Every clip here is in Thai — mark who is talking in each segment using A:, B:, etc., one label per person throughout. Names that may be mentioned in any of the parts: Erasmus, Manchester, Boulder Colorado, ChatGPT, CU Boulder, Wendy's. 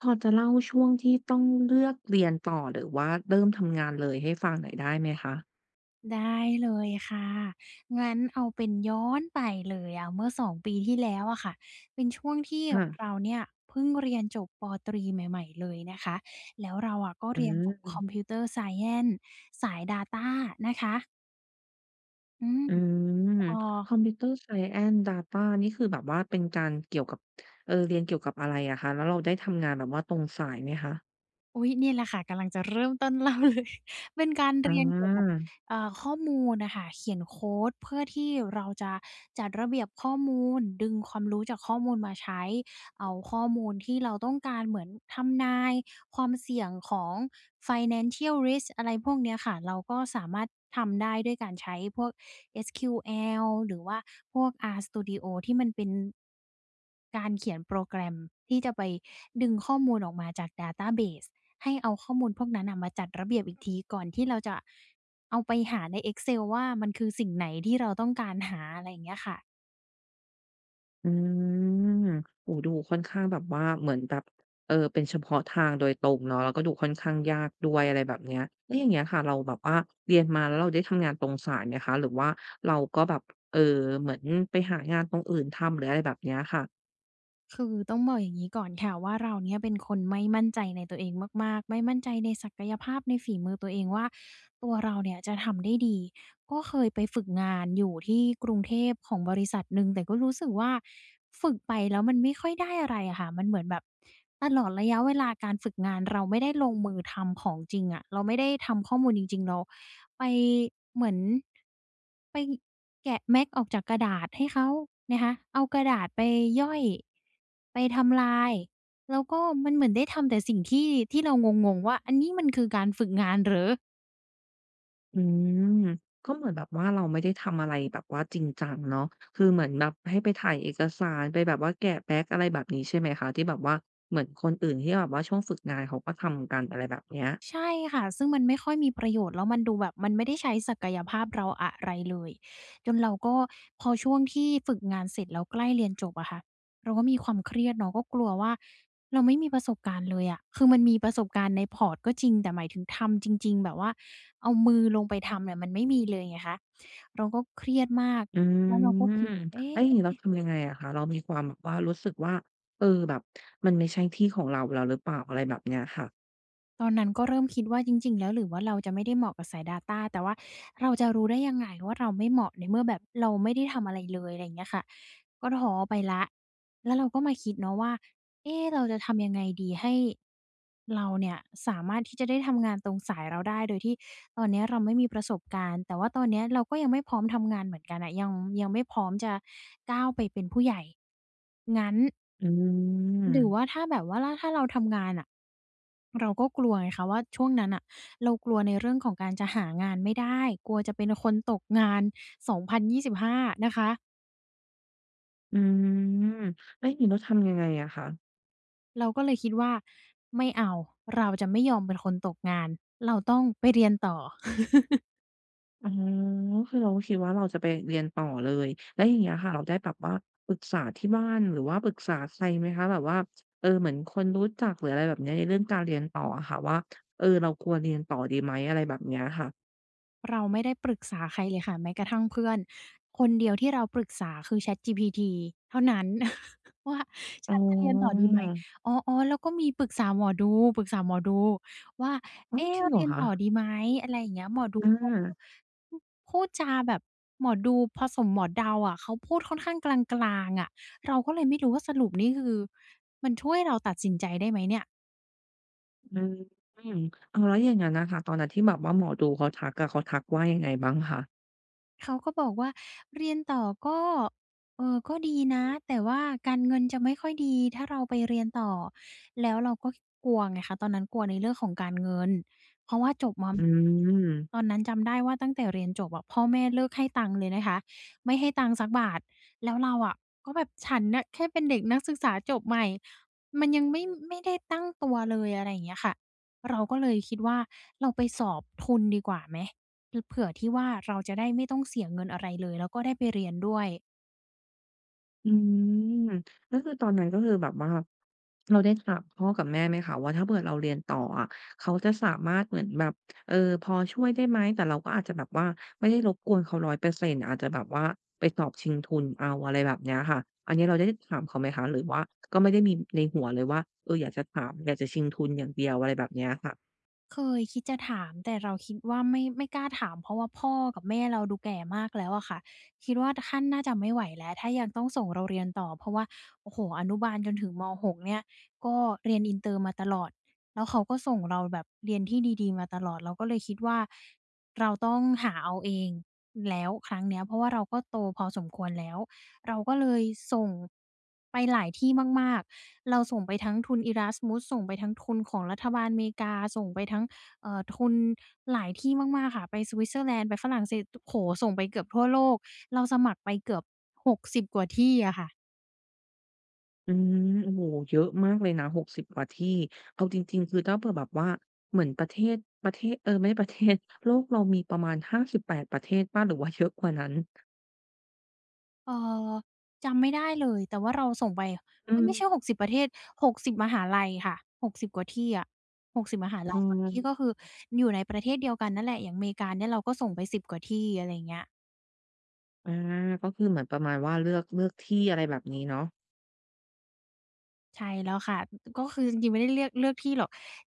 A: พอจะเล่าช่วงที่ต้องเลือกเรียนต่อหรือว่าเริ่มทำงานเลยให้ฟังหน่อยได้ไหมคะ
B: ได้เลยค่ะ งั้นเอาเป็นย้อนไปเลยอะเมื่อสองปีที่แล้วอะค่ะ เป็นช่วงที่
A: ค่ะ
B: เราเนี่ยเพิ่งเรียนจบป.ตรีใหม่ๆเลยนะคะ แล้วเราอะก็
A: อ
B: เรียนจบ
A: า
B: Computer Science สาย Data นะคะ อืม
A: อื
B: พ
A: ม
B: อ
A: Computer Science Data นี่คือแบบว่าเป็นการเกี่ยวกับเรียนเกี่ยวกับอะไรอะคะแล้วเราได้ทำงานแบบว่าตรงสายไหมคะ
B: อุ๊ยเนี่ยแหละค่ะกำลังจะเริ่มต้นเล่าเลย เป็นการ
A: อา
B: เรียนเกี่ยวกับข้อมูลน่ะค่ะเขียนโคดเพื่อที่เราจะจัดระเบียบข้อมูลดึงความรู้จากข้อมูลมาใช้เอาข้อมูลที่เราต้องการเหมือนทำนายความเสี่ยงของ financial risk อะไรพวกเนี้ยค่ะเราก็สามารถทำได้ด้วยการใช้พวก SQL หรือว่าพวก RStudio ที่มันเป็นการเขียนโปรแกรมที่จะไปดึงข้อมูลออกมาจากดาตาเบส ให้เอาข้อมูลพวกนั้นน่ะมาจัดระเบียบอีกทีก่อนที่เราจะเอาไปหาใน Excel ว่ามันคือสิ่งไหนที่เราต้องการหาอะไรอย่างเงี้ยค่ะ
A: อืมโอ้ดูค่อนข้างแบบว่าเหมือนแบบเป็นเฉพาะทางโดยตรงเนาะแล้วก็ดูค่อนข้างยากด้วยอะไรแบบเนี้ยแล้วอย่างเงี้ยค่ะเราแบบว่าเรียนมาแล้วเราได้ทำงานตรงสายไหมคะหรือว่าเราก็แบบเออเหมือนไปหางานตรงอื่นทำหรืออะไรแบบเนี้ยค่ะ
B: คือต้องบอกอย่างนี้ก่อนค่ะว่าเราเนี่ยเป็นคนไม่มั่นใจในตัวเองมากๆไม่มั่นใจในศักยภาพในฝีมือตัวเองว่าตัวเราเนี่ยจะทำได้ดีก็เคยไปฝึกงานอยู่ที่กรุงเทพของบริษัทหนึ่งแต่ก็รู้สึกว่าฝึกไปแล้วมันไม่ค่อยได้อะไรอะค่ะมันเหมือนแบบตลอดระยะเวลาการฝึกงานเราไม่ได้ลงมือทำของจริงอะเราไม่ได้ทำข้อมูลจริงๆเรา ไปเหมือนไปแกะแม็กออกจากกระดาษให้เขานะคะเอากระดาษไปย่อยไปทำลายแล้วก็มันเหมือนได้ทำแต่สิ่งที่เรางงๆว่าอันนี้มันคือการฝึกงานเหรอ
A: อืมก็เหมือนแบบว่าเราไม่ได้ทำอะไรแบบว่าจริงจังเนาะคือเหมือนแบบให้ไปถ่ายเอกสารไปแบบว่าแกะแบ็กอะไรแบบนี้ใช่ไหมคะที่แบบว่าเหมือนคนอื่นที่แบบว่าช่วงฝึกงานเขาก็ทำกันอะไรแบบเนี้ย
B: ใช่ค่ะซึ่งมันไม่ค่อยมีประโยชน์แล้วมันดูแบบมันไม่ได้ใช้ศักยภาพเราอะไรเลยจนเราก็พอช่วงที่ฝึกงานเสร็จแล้วใกล้เรียนจบอะค่ะเราก็มีความเครียดเนาะก็กลัวว่าเราไม่มีประสบการณ์เลยอะคือมันมีประสบการณ์ในพอร์ตก็จริงแต่หมายถึงทำจริงๆแบบว่าเอามือลงไปทำเนี่ยมันไม่มีเลยไงคะเราก็เครียดมาก
A: อื
B: แล้วเราก็
A: ม
B: คิด
A: แล้วอย่า
B: เอ๊ะ
A: งนี้เราทำยังไงอะคะเรามีความแบบว่ารู้สึกว่าแบบมันไม่ใช่ที่ของเราแล้วหรือเปล่าอะไรแบบเนี้ยค่ะ
B: ตอนนั้นก็เริ่มคิดว่าจริงๆแล้วหรือว่าเราจะไม่ได้เหมาะกับสาย Data แต่ว่าเราจะรู้ได้ยังไงว่าเราไม่เหมาะในเมื่อแบบเราไม่ได้ทำอะไรเลยอะไรอย่างเงี้ยค่ะก็ท้อไปแล้วแล้วเราก็มาคิดเนาะว่าเอ๊เราจะทำยังไงดีให้เราเนี่ยสามารถที่จะได้ทำงานตรงสายเราได้โดยที่ตอนเนี้ยเราไม่มีประสบการณ์แต่ว่าตอนเนี้ยเราก็ยังไม่พร้อมทำงานเหมือนกันอะยังไม่พร้อมจะก้าวไปเป็นผู้ใหญ่งั้น
A: อื
B: ห
A: ม
B: รือว่าถ้าแบบว่าล่ะถ้าเราทำงานอะเราก็กลัวไงคะว่าช่วงนั้นน่ะเรากลัวในเรื่องของการจะหางานไม่ได้กลัวจะเป็นคนตกงาน2025นะคะ
A: อืมแล้วอย่างนี้เราทำยังไงอะคะ
B: เราก็เลยคิดว่าไม่เอาเราจะไม่ยอมเป็นคนตกงานเราต้องไปเรียนต่อ
A: อ๋อคือเราก็คิดว่าเราจะไปเรียนต่อเลยแล้วอย่างเงี้ยค่ะเราได้แบบว่าปรึกษาที่บ้านหรือว่าปรึกษาใครไหมคะแบบว่าเหมือนคนรู้จักหรืออะไรแบบเนี้ยในเรื่องการเรียนต่ออะค่ะว่าเราควรเรียนต่อดีไหมอะไรแบบเนี้ยค่ะ
B: เราไม่ได้ปรึกษาใครเลยค่ะแม้กระทั่งเพื่อนคนเดียวที่เราปรึกษาคือ ChatGPT เท่านั้น ว่า
A: อ๋อ
B: ฉันจะเรียนต่อดีไหมอ๋อๆแล้วก็มีปรึกษาหมอดูปรึกษาหมอดูว่า
A: ออ
B: เอ๊ะ
A: จริงเหร
B: เรี
A: อ
B: ยน
A: คะ
B: ต่อดีไหมอะไรอย่างเงี้ยหมอดู
A: อ
B: เขาก็
A: า
B: พูดจาแบบหมอดูผสมหมอเดาอะเขาพูดค่อนข้างกลางๆอะเราก็เลยไม่รู้ว่าสรุปนี่คือมันช่วยเราตัดสินใจได้ไหมเนี่ย
A: อืมอืมอ้าวแล้วอย่างงั้นน่ะค่ะตอนนั้นที่แบบว่าหมอดูเขาทักอะเขาทักว่ายังไงบ้างคะ
B: เขาก็บอกว่าเรียนต่อก็ก็ดีนะแต่ว่าการเงินจะไม่ค่อยดีถ้าเราไปเรียนต่อแล้วเราก็กลัวไงคะตอนนั้นกลัวในเรื่องของการเงินเพราะว่าจบมาใหม
A: อื
B: ่ๆตอน
A: ม
B: นั้นจำได้ว่าตั้งแต่เรียนจบอะพ่อแม่เลิกให้ตังค์เลยนะคะไม่ให้ตังค์สักบาทแล้วเราอะก็แบบฉันน่ะแค่เป็นเด็กนักศึกษาจบใหม่มันยังไม่ได้ตั้งตัวเลยอะไรอย่างเงี้ยค่ะเราก็เลยคิดว่าเราไปสอบทุนดีกว่าไหม เผื่อที่ว่าเราจะได้ไม่ต้องเสียเงินอะไรเลยแล้วก็ได้ไปเรียนด้วย
A: อืมก็คือตอนนั้นก็คือแบบว่าเราได้ถามพ่อกับแม่ไหมคะว่าถ้าเผื่อเราเรียนต่ออะเขาจะสามารถเหมือนแบบเออพอช่วยได้ไหมแต่เราก็อาจจะแบบว่าไม่ได้รบกวนเขา100%อยเปอร์เซ็นต์อาจจะแบบว่าไปสอบชิงทุนเอาอะไรแบบเนี้ยค่ะอันนี้เราได้ถามเขาไหมคะหรือว่าก็ไม่ได้มีในหัวเลยว่าอยากจะถามอยากจะชิงทุนอย่างเดียวอะไรแบบเนี้ยค่ะ
B: เคยคิดจะถามแต่เราคิดว่าไม่ไม่กล้าถามเพราะว่าพ่อกับแม่เราดูแก่มากแล้วอะค่ะคิดว่าท่านน่าจะไม่ไหวแล้วถ้ายังต้องส่งเราเรียนต่อเพราะว่าโอ้โฮอนุบาลจนถึงม6เนี่ยก็เรียนอินเตอร์มาตลอดแล้วเขาก็ส่งเราแบบเรียนที่ดีๆมาตลอดเราก็เลยคิดว่าเราต้องหาเอาเองแล้วครั้งเนี้ยเพราะว่าเราก็โตพอสมควรแล้ว เราก็เลยส่งไปหลายที่มากๆเราส่งไปทั้งทุน Erasmus ส่งไปทั้งทุนของรัฐบาลอเมริกาส่งไปทั้งทุนหลายที่มากๆค่ะไปสวิตเซอร์แลนด์ไปฝรั่งเศสโอ้โฮส่งไปเกือบทั่วโลกเราสมัครไปเกือบ60กสิบกว่าที่อะค่ะ
A: อืมโอ้โฮเยอะมากเลยนะ60กสิบกว่าที่เอาจริงๆคือถ้าเผื่อแบบว่าเหมือนประเทศไม่ใช่ประเทศ โลกเรามีประมาณ58ปดประเทศเปล่าหรือว่าเยอะกว่านั้น
B: เอ่อจำไม่ได้เลยแต่ว่าเราส่งไปเอ๊ย
A: อื
B: ไม่ใช่หก
A: ม
B: สิบประเทศหกสิบมหาลัยค่ะหกสิบกว่าที่อะหกสิบมหาลั
A: อื
B: ยบางที่ก็คื
A: ม
B: ออยู่ในประเทศเดียวกันนั่นแหละอย่างอเมริกาเนี่ยเราก็ส่งไป10กว่าที่อะไรอย่างเงี้ย
A: อาก็คือเหมือนประมาณว่าเลือกที่อะไรแบบนี้เนาะ
B: ใช่แล้วค่ะก็คือจริงๆไม่ได้เลือกเลือกที่หรอก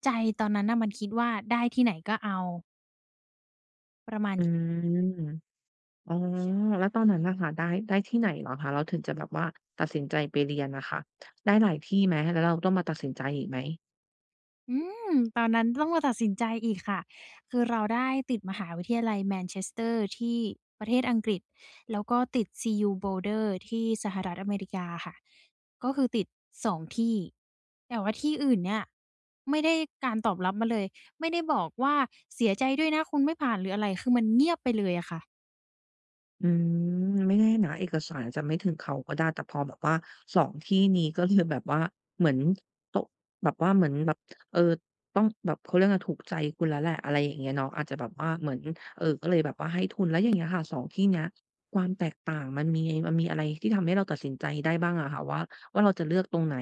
B: ใจตอนนั้นน่ะมันคิดว่าได้ที่ไหนก็เอาประมาณ
A: อืมอ๋อแล้
B: ใช่
A: วตอนนั้นน่ะค่ะได้ที่ไหนเหรอคะเราถึงจะแบบว่าตัดสินใจไปเรียนน่ะค่ะได้หลายที่ไหม แล้วเราต้องมาตัดสินใจอีกไหม
B: อืมตอนนั้นต้องมาตัดสินใจอีกค่ะคือเราได้ติดมหาวิทยาลัยแมนเชสเตอร์ที่ประเทศอังกฤษแล้วก็ติด CU Boulder ที่สหรัฐอเมริกาค่ะก็คือติดสองที่แต่ว่าที่อื่นเนี่ยไม่ได้การตอบรับมาเลยไม่ได้บอกว่าเสียใจด้วยนะคุณไม่ผ่านหรืออะไรคือมันเงียบไปเลยอะค่ะ
A: อืมไม่แน่นะเอกสารอาจจะไม่ถึงเขาก็ได้แต่พอแบบว่าสองที่นี้ก็เลยแบบว่าเหมือนตกแบบว่าเหมือนแบบเออต้องแบบเขาเรียกอะไรถูกใจคุณแล้วแหละอะไรอย่างเงี้ยเนาะอาจจะแบบว่าเหมือนก็เลยแบบว่าให้ทุนแล้วอย่างเงี้ยค่ะสองที่เนี้ยความแตกต่างมันมีมีอะไรที่ทำให้เราตัดสินใจได้บ้างอะค่ะว่าเราจะเลือกตรงไหน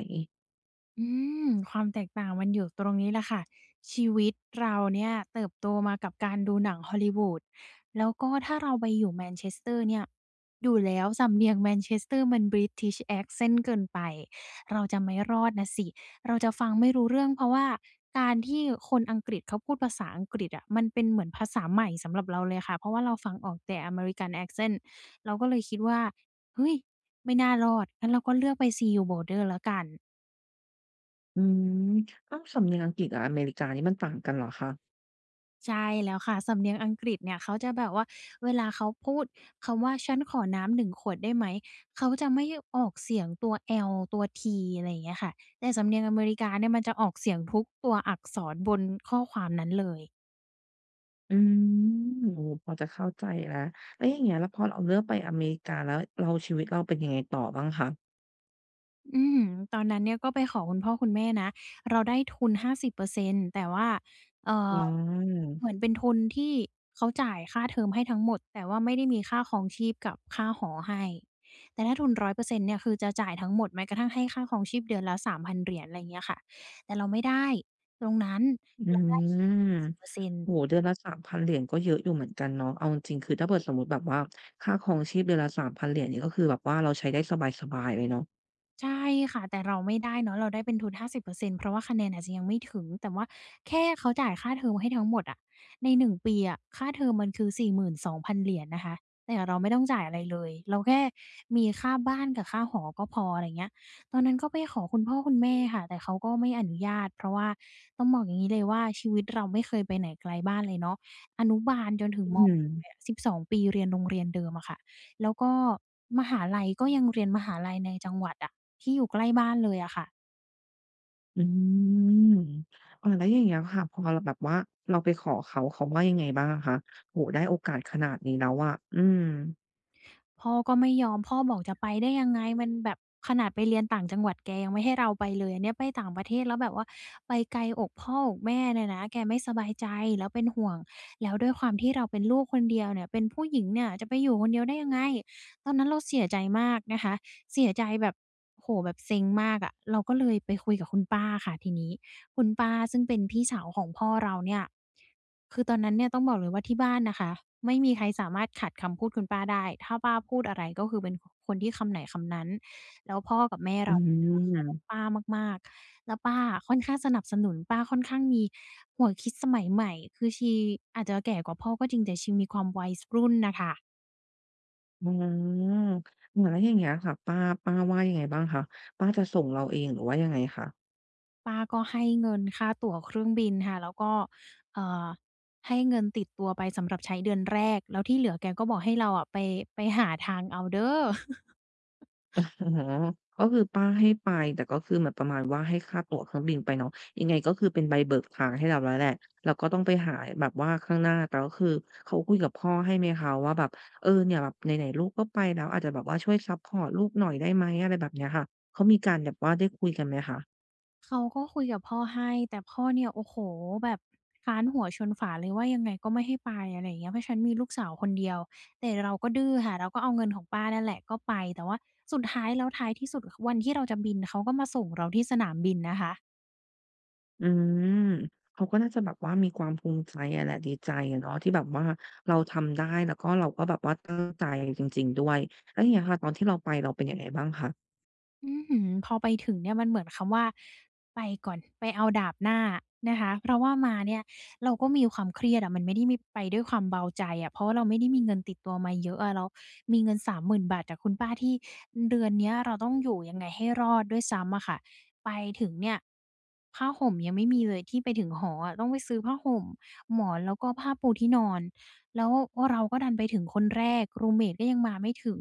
B: อืมความแตกต่างมันอยู่ตรงนี้แหละค่ะชีวิตเราเนี่ยเติบโตมากับการดูหนังฮอลลีวูดแล้วก็ถ้าเราไปอยู่แมนเชสเตอร์เนี่ยอยู่แล้วสำเนียงแมนเชสเตอร์มัน British accent เซนต์เกินไปเราจะไม่รอดนะสิเราจะฟังไม่รู้เรื่องเพราะว่าการที่คนอังกฤษเขาพูดภาษาอังกฤษอะมันเป็นเหมือนภาษาใหม่สำหรับเราเลยค่ะเพราะว่าเราฟังออกแต่ American accent เซนต์เราก็เลยคิดว่าเฮ้ยไม่น่ารอดงั้นเราก็เลือกไป See You Bolder แล้วกัน
A: อืมอ้าวสำเนียงอังกฤษกับอเมริกานี่มันต่างกันเหรอคะ
B: ใช่แล้วค่ะสำเนียงอังกฤษเนี่ยเขาจะแบบว่าเวลาเขาพูดคำว่าฉันขอน้ำหนึ่งขวดได้ไหมเขาจะไม่ออกเสียงตัว L ตัว T อะไรอย่างเงี้ยค่ะแต่สำเนียงอเมริกาเนี่ยมันจะออกเสียงทุกตัวอักษรบนข้อความนั้นเลย
A: อืมโอ้โฮพอจะเข้าใจแล้วแล้วอย่างเงี้ยแล้วพอเราเลือกไปอเมริกาแล้วเราชีวิตเราเป็นยังไงต่อบ้างคะ
B: อืมตอนนั้นเนี่ยก็ไปขอคุณพ่อคุณแม่นะเราได้ทุน50%แต่ว่าเอ่
A: อ๋
B: อ
A: อ
B: เหมือนเป็นทุนที่เขาจ่ายค่าเทอมให้ทั้งหมดแต่ว่าไม่ได้มีค่าครองชีพกับค่าหอให้แต่ถ้าทุน100%เปอร์เซ็นต์เนี่ยคือจะจ่ายทั้งหมดแม้กระทั่งให้ค่าครองชีพเดือนละ3,000เหรียญอะไรอย่างเงี้ยค่ะแต่เราไม่ได้ตรงนั้น
A: อื
B: เราได้แค่
A: ม
B: 50%
A: โอ้โฮเดือนละสามพันเหรียญก็เยอะอยู่เหมือนกันเนาะเอาจริงๆคือถ้าเกิดสมมุติแบบว่าค่าครองชีพเดือนละ $3,000 นเหรียญนี่ก็คือแบบว่าเราใช้ได้สบายๆเลยเนาะ
B: ใช่ค่ะแต่เราไม่ได้เนาะเราได้เป็นทุน50%เปอร์เซ็นต์เพราะว่าคะแนนอาจจะยังไม่ถึงแต่ว่าแค่เขาจ่ายค่าเทอมให้ทั้งหมดอะในหนึ่งปีอะค่าเทอมมันคือสี่หมื่นสอ2 0 0นเหรียญนะคะแต่เราไม่ต้องจ่ายอะไรเลยเราแค่มีค่าบ้านกับค่าหอก็พออะไรเงี้ยตอนนั้นก็ไปขอคุณพ่อคุณแม่ค่ะแต่เขาก็ไม่อนุญาตเพราะว่าต้องบอกอย่างงี้เลยว่าชีวิตเราไม่เคยไปไหนไกลบ้านเลยเนาะอนุบาลจนถึงม
A: อื
B: 6
A: ม
B: เลยอะ12 ปีเรียนโรงเรียนเดิมอะค่ะแล้วก็มหาลัยก็ยังเรียนมหาลัยในจังหวัดอะ ที่อยู่ใกล้บ้านเลยอะค่ะ
A: อืมอาแล้วอย่างเงี้ยค่ะพอเราแบบว่าเราไปขอเขาเขาว่ายังไงบ้างอะคะโอ้โฮได้โอกาสขนาดนี้แล้วอะอืม
B: พ่อก็ไม่ยอมพ่อบอกจะไปได้ยังไงมันแบบขนาดไปเรียนต่างจังหวัดแกยังไม่ให้เราไปเลยอันเนี้ยไปต่างประเทศแล้วแบบว่าไปไกลอกพ่ออกแม่เนี่ยนะแกไม่สบายใจแล้วเป็นห่วงแล้วด้วยความที่เราเป็นลูกคนเดียวเนี่ยเป็นผู้หญิงเนี่ยจะไปอยู่คนเดียวได้ยังไงตอนนั้นเราเสียใจมากนะคะ เสียใจแบบโอ้โหแบบเซ็งมากอะเราก็เลยไปคุยกับคุณป้าค่ะทีนี้คุณป้าซึ่งเป็นพี่สาวของพ่อเราเนี่ยคือตอนนั้นเนี่ยต้องบอกเลยว่าที่บ้านนะคะไม่มีใครสามารถขัดคำพูดคุณป้าได้ถ้าป้าพูดอะไรก็คือเป็นคคนที่คำไหนคำนั้นแล้วพ่อกับแม่
A: อื
B: เราเนี่ยจะเคาร
A: ม
B: พป้ามากๆแล้วป้าค่อนข้างสนับสนุนป้าค่อนข้างมีหัวคิดสมัยใหม่คือชีอาจจะแก่กว่าพ่อก็จริงแต่ชีมีความวัยสรุ่นน่ะค่ะ
A: อืมเหมือนแล้วอย่างเงี้ยค่ะป้าว่ายังไงบ้างคะป้าจะส่งเราเองหรือว่ายังไงคะ
B: ป้าก็ให้เงินค่าตั๋วเครื่องบินค่ะแล้วก็เอ่อให้เงินติดตัวไปสำหรับใช้เดือนแรกแล้วที่เหลือแกก็บอกให้เราอะไปไปหาทางเอาเด้อ
A: อ๋อ ก็คือป้าให้ไปแต่ก็คือเหมือนประมาณว่าให้ค่าตั๋วเครื่องบินไปเนาะยังไงก็คือเป็นใบเบิกทางให้เราแล้วแหละเราก็ต้องไปหาแบบว่าข้างหน้าแต่ก็คือเขาคุยกับพ่อให้ไหมคะว่าแบบเนี่ยแบบไหนๆลูกก็ไปแล้วอาจจะแบบว่าช่วยซัปพอร์ตลูกหน่อยได้ไหมอะไรแบบเนี้ยค่ะเขามีการแบบว่าได้คุยกันไหมคะ
B: เขาก็คุยกับพ่อให้แต่พ่อเนี่ยโอ้โฮแบบค้านหัวชนฝาเลยว่ายังไงก็ไม่ให้ไปอะไรอย่างเงี้ยเพราะฉันมีลูกสาวคนเดียวแต่เราก็ดื้อค่ะเราก็เอาเงินของป้านั่นแหละก็ไปแต่ว่าสุดท้ายแล้วท้ายที่สุดวันที่เราจะบินเขาก็มาส่งเราที่สนามบินนะคะ
A: อืมเขาก็น่าจะแบบว่ามีความภูมิใจอะแหละดีใจอะเนาะที่แบบว่าเราทำได้แล้วก็เราก็แบบว่าตั้งใจจริงๆด้วยแล้วอย่างเงี้ยค่ะตอนที่เราไปเราเป็นยังไงบ้างคะ
B: อื้อฮือพอไปถึงเนี่ยมันเหมือนคำว่าไปก่อนไปเอาดาบหน้านะคะเพราะว่ามาเนี่ยเราก็มีความเครียดอะมันไม่ได้มีไปด้วยความเบาใจอะเพราะว่าเราไม่ได้มีเงินติดตัวมาเยอะอะเรามีเงิน30,000บาทจากคุณป้าที่เดือนเนี้ยเราต้องอยู่ยังไงให้รอดด้วยซ้ำอะค่ะไปถึงเนี่ยผ้าห่มยังไม่มีเลยที่ไปถึงหออะต้องไปซื้อผ้าห่มหมอนแล้วก็ผ้าปูที่นอนแล้วเราก็ดันไปถึงคนแรกรูมเมตก็ยังมาไม่ถึง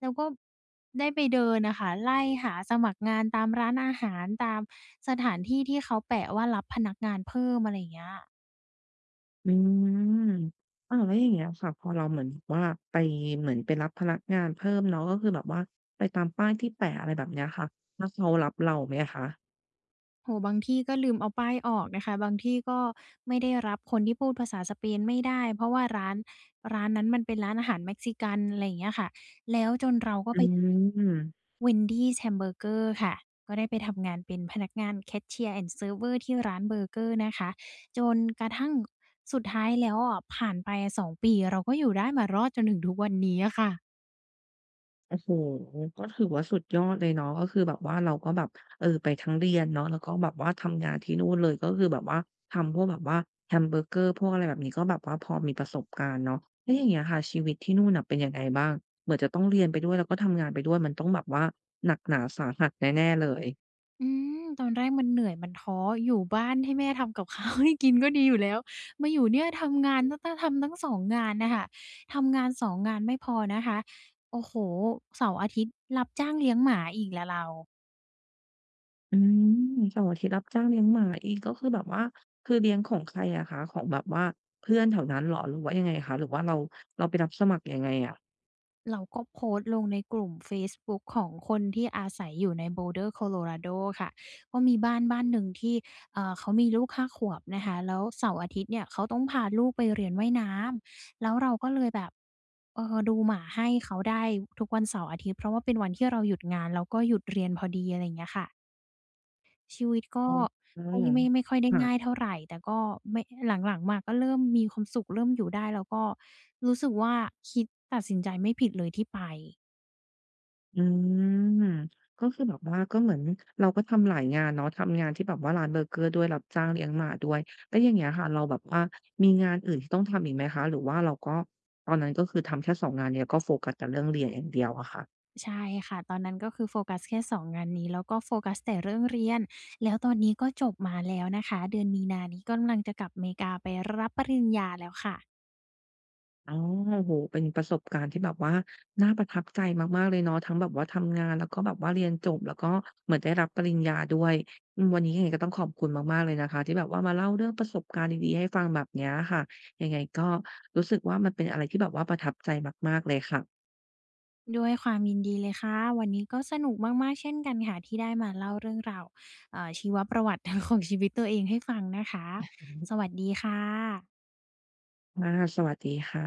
B: แล้วก็ได้ไปเดินน่ะค่ะไล่หาสมัครงานตามร้านอาหารตามสถานที่ที่เขาแปะว่ารับพนักงานเพิ่มอะไรอย่างเงี้ย
A: อืมอ้าวแล้วอย่างเงี้ยค่ะพอเราเหมือนแบบว่าไปเหมือนไปรับพนักงานเพิ่มเนาะก็คือแบบว่าไปตามป้ายที่แปะอะไรแบบเนี้ยค่ะแล้วเขารับเราไหมอะคะ
B: โอ้โฮบางที่ก็ลืมเอาป้ายออกนะคะบางที่ก็ไม่ได้รับคนที่พูดภาษาสเปนไม่ได้เพราะว่าร้านนั้นมันเป็นร้านอาหารเม็กซิกันอะไรอย่างเงี้ยค่ะแล้วจนเราก็
A: อื
B: ไปได้
A: ม
B: Wendy's แ a m เบอร์เกอร์ค่ะก็ได้ไปทำงานเป็นพนักงานแคชเชียร์ and เซ r ร์ r เวอร์ที่ร้านเบอร์เกอร์นะคะจนกระทั่งสุดท้ายแล้วอะผ่านไป2ปีเราก็อยู่ได้มารอดจนถึงทุกวันนี้อะค่ะ
A: โอ้โฮก็ถือว่าสุดยอดเลยเนาะก็คือแบบว่าเราก็แบบเออไปทั้งเรียนเนาะแล้วก็แบบว่าทำงานที่นู่นเลยก็คือแบบว่าทำพวกแบบว่าแฮมเบอร์เกอร์พวกอะไรแบบนี้ก็แบบว่าพอมีประสบการณ์เนาะแล้วอย่างเงี้ยค่ะชีวิตที่นู่นน่ะเป็นยังไงบ้างเหมือนจะต้องเรียนไปด้วยแล้วก็ทำงานไปด้วยมันต้องแบบว่าหนักหนาสาหัสแน่ๆเลย
B: อืมตอนแรกมันเหนื่อยมันท้ออยู่บ้านให้แม่ทำกับข้าวให้กินก็ดีอยู่แล้วมาอยู่เนี่ยทำงานต้องทำทั้ง2งงานน่ะค่ะทำงาน2งงานไม่พอนะคะโอ้โฮเสาร์อาทิตย์รับจ้างเลี้ยงหมาอีกแล้วเรา
A: อืมเสาร์อาทิตย์รับจ้างเลี้ยงหมาอีกก็คือแบบว่าคือเลี้ยงของใครอะคะของแบบว่าเพื่อนแถวนั้นเหรอหรือว่ายังไงคะหรือว่าเราเราไปรับสมัครยังไงอะ
B: เราก็โพสต์ลงในกลุ่มเฟซบุ๊กของคนที่อาศัยอยู่ใน Boulder Colorado ค่ะ ก็มีบ้านบ้านหนึ่งที่เขามีลูก5 ขวบนะคะแล้วเสาร์อาทิตย์เนี่ยเขาต้องพาลูกไปเรียนว่ายน้ำ แล้วเราก็เลยแบบดูหมาให้เขาได้ทุกวันเสาร์อาทิตย์ เพราะว่าเป็นวันที่เราหยุดงานแล้วก็หยุดเรียนพอดีอะไรอย่างเงี้ยค่ะ ชีวิตก็
A: อ๋อ
B: ไม่ค่อยได้
A: ค่ะ
B: ง่ายเท่าไรแต่ก็ไม่หลังๆมาก็เริ่มมีความสุขเริ่มอยู่ได้แล้วก็รู้สึกว่าคิดตัดสินใจไม่ผิดเลยที่ไป
A: อืมก็คือแบบว่าก็เหมือนเราก็ทำหลายงานเนาะทำงานที่แบบว่าร้านเบอร์เกอร์ด้วยรับจ้างเลี้ยงหมาด้วยแล้วอย่างเงี้ยค่ะเราแบบว่ามีงานอื่นที่ต้องทำอีกไหมคะหรือว่าเราก็ตอนนั้นก็คือทำแค่2งงานเนี้ยก็โฟกัสแต่เรื่องเรียนอย่างเดียวอะค่ะ
B: ใช่ค่ะตอนนั้นก็คือโฟกัสแค่2งงานนี้แล้วก็โฟกัสแต่เรื่องเรียนแล้วตอนนี้ก็จบมาแล้วนะคะเดือนมีนานี้กกำลังจะกลับอเมริกาไปรับปริญญาแล้วค่ะ
A: อ๋อโอ้โฮเป็นประสบการณ์ที่แบบว่าน่าประทับใจมากๆเลยเนาะทั้งแบบว่าทำงานแล้วก็แบบว่าเรียนจบแล้วก็เหมือนได้รับปริญญาด้วยอืมวันนี้ยังไงก็ต้องขอบคุณมากๆเลยนะคะที่แบบว่ามาเล่าเรื่องประสบการณ์ดีๆให้ฟังแบบเนี้ยค่ะยังไงก็รู้สึกว่ามันเป็นอะไรที่แบบว่าประทับใจมากๆเลยค่ะ
B: ด้วยความยินดีเลยค่ะวันนี้ก็สนุกมากๆเช่นกันค่ะที่ได้มาเล่าเรื่องราวชีวประวัติ ของชีวิตตัวเองให้ฟังนะคะสวัสดีค่ะ
A: อาสวัสดีค่ะ